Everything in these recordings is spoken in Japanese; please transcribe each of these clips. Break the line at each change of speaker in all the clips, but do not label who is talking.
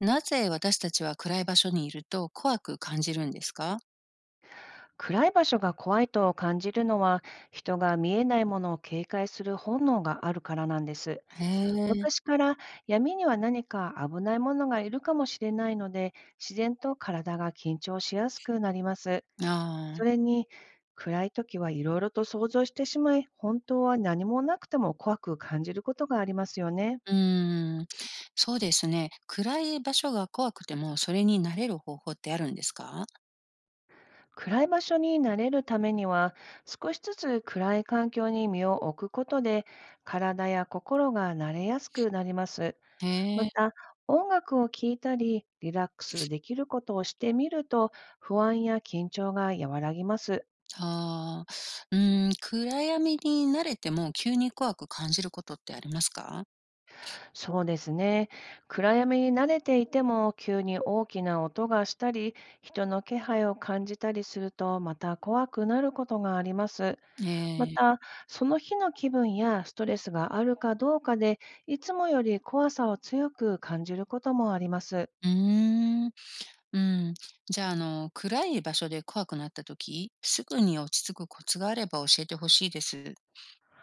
なぜ私たちは暗い場所にいると怖く感じるんですか？
暗い場所が怖いと感じるのは人が見えないものを警戒する本能があるからなんです。
へえ、
昔から闇には何か危ないものがいるかもしれないので、自然と体が緊張しやすくなります。
ああ、
それに、暗い時はいろいろと想像してしまい、本当は何もなくても怖く感じることがありますよね。
うーん、そうですね。暗い場所が怖くても、それに慣れる方法ってあるんですか？
暗い場所に慣れるためには、少しずつ暗い環境に身を置くことで、体や心が慣れやすくなります。
へ
ま
え、
た、音楽を聴いたり、リラックスできることをしてみると、不安や緊張が和らぎます。
ああ、うーん、暗闇に慣れても急に怖く感じることってありますか？
そうですね。暗闇に慣れていても、急に大きな音がしたり、人の気配を感じたりすると、また怖くなることがあります。ま
ええ、
た、その日の気分やストレスがあるかどうかで、いつもより怖さを強く感じることもあります。
うーん、うん。じゃあ、暗い場所で怖くなった時、すぐに落ち着くコツがあれば教えてほしいです。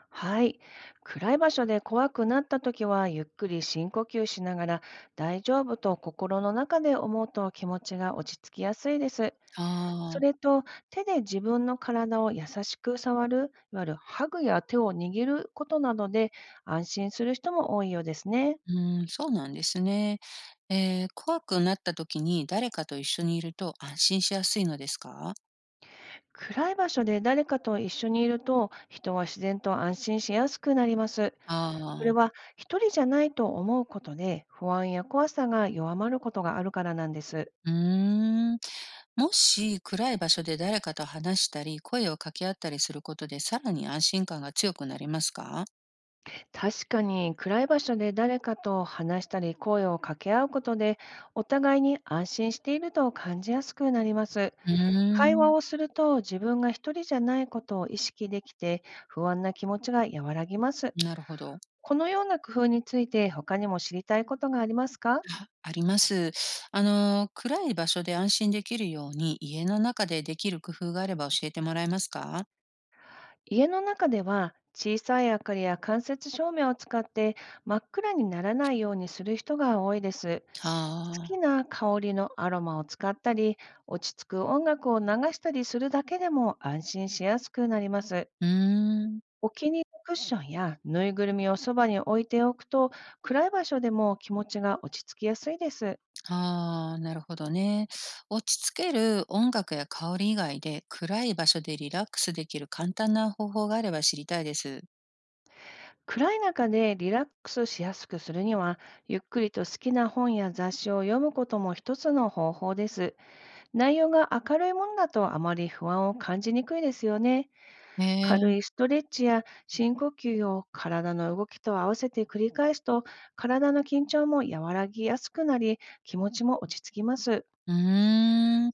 はい。暗い場所で怖くなったときは、ゆっくり深呼吸しながら、大丈夫と心の中で思うと気持ちが落ち着きやすいです。
あ
それ
あ。
と、手で自分の体を優しく触る、いわゆるハグや手を握ることなどで安心する人も多いようですね。
うん、そうなんですね。怖くなった時に誰かと一緒にいると安心しやすいのですか？
暗い場所で誰かと一緒にいると、人は自然と安心しやすくなります。これ
ああ、
は一人じゃないと思うことで、不安や怖さが弱まることがあるからなんです。
うーん。もし暗い場所で誰かと話したり、声を掛け合ったりすることで、さらに安心感が強くなりますか？
確かに、暗い場所で誰かと話したり声を掛け合うことで、お互いに安心していると感じやすくなります。
うー
会話
ん、
をすると自分が一人じゃないことを意識できて、不安な気持ちが和らぎます。
なるほど。
このような工夫について他にも知りたいことがありますか？
あります。あの、暗い場所で安心できるように、家の中でできる工夫があれば教えてもらえますか？
家の中では小さい明かりや間接照明を使って真っ暗にならないようにする人が多いです。好
あ
き
あ
な香りのアロマを使ったり、落ち着く音楽を流したりするだけでも安心しやすくなります。
ー、うーん。
お気に入りのクッションやぬいぐるみをそばに置いておくと、暗い場所でも気持ちが落ち着きやすいです。
ああ、なるほどね。落ち着ける音楽や香り以外で、暗い場所でリラックスできる簡単な方法があれば知りたいです。
暗い中でリラックスしやすくするには、ゆっくりと好きな本や雑誌を読むことも一つの方法です。内容が明るいものだと、あまり不安を感じにくいですよね。
へ
軽
え。
いストレッチや深呼吸を体の動きと合わせて繰り返すと、体の緊張も和らぎやすくなり、気持ちも落ち着きます。
うーん。明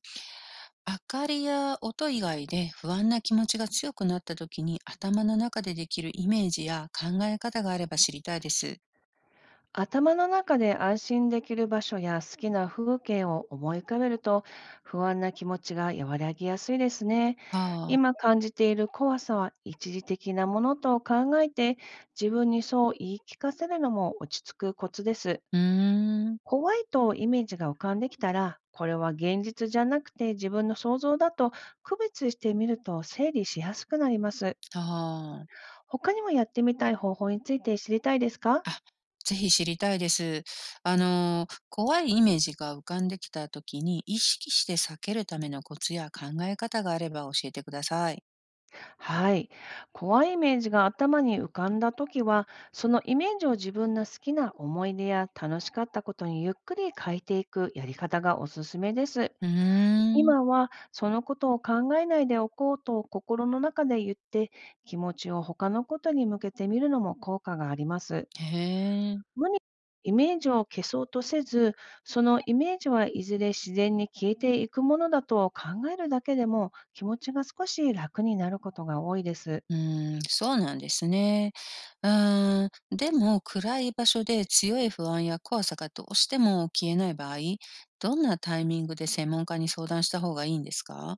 かりや音以外で不安な気持ちが強くなった時に、頭の中でできるイメージや考え方があれば知りたいです。
頭の中で安心できる場所や好きな風景を思い浮かべると、不安な気持ちが和らぎやすいですね。
はあ。
今感じている怖さは一時的なものと考えて、自分にそう言い聞かせるのも落ち着くコツです。
うーん。
怖いとイメージが浮かんできたら、これは現実じゃなくて自分の想像だと区別してみると整理しやすくなります。
はあ。
他にもやってみたい方法について知りたいですか？
あ、ぜひ知りたいです。あの、怖いイメージが浮かんできたときに、意識して避けるためのコツや考え方があれば教えてください。
はい。怖いイメージが頭に浮かんだときは、そのイメージを自分の好きな思い出や楽しかったことにゆっくり変えていくやり方がおすすめです。
うー
今
ん。
はそのことを考えないでおこうと心の中で言って、気持ちを他のことに向けてみるのも効果があります。
へえ。
無理にイメージを消そうとせず、そのイメージはいずれ自然に消えていくものだと考えるだけでも気持ちが少し楽になることが多いです。
うーん、そうなんですね。うーん、でも暗い場所で強い不安や怖さがどうしても消えない場合、どんなタイミングで専門家に相談した方がいいんですか？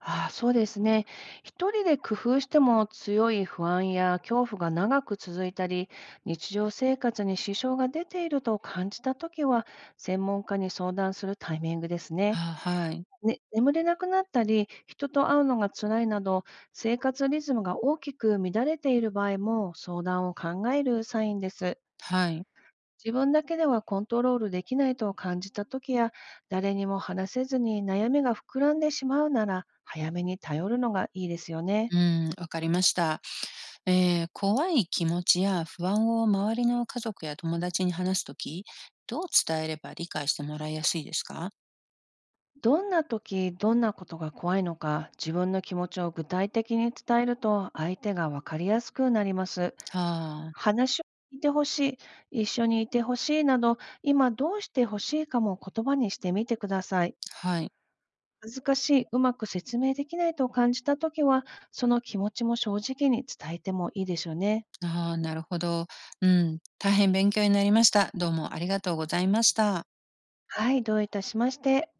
ああ、そうですね。一人で工夫しても強い不安や恐怖が長く続いたり、日常生活に支障が出ていると感じたときは、専門家に相談するタイミングです
あ、
ね。
はい。
ね、眠れなくなったり、人と会うのが辛いなど、生活リズムが大きく乱れている場合も相談を考えるサインです。
はい。
自分だけではコントロールできないと感じた時や、誰にも話せずに悩みが膨らんでしまうなら、早めに頼るのがいいですよね。
うん、わかりました。怖い気持ちや不安を周りの家族や友達に話すとき、どう伝えれば理解してもらいやすいですか？
どんな時、どんなことが怖いのか、自分の気持ちを具体的に伝えると、相手がわかりやすくなります。
ああ、
話を聞いてほしい、一緒にいてほしいなど、今どうしてほしいかも言葉にしてみてください。
はい。
難しい、うまく説明できないと感じたときは、その気持ちも正直に伝えてもいいでしょうね。
ああ、なるほど。うん。大変勉強になりました。どうもありがとうございました。
はい、どういたしまして。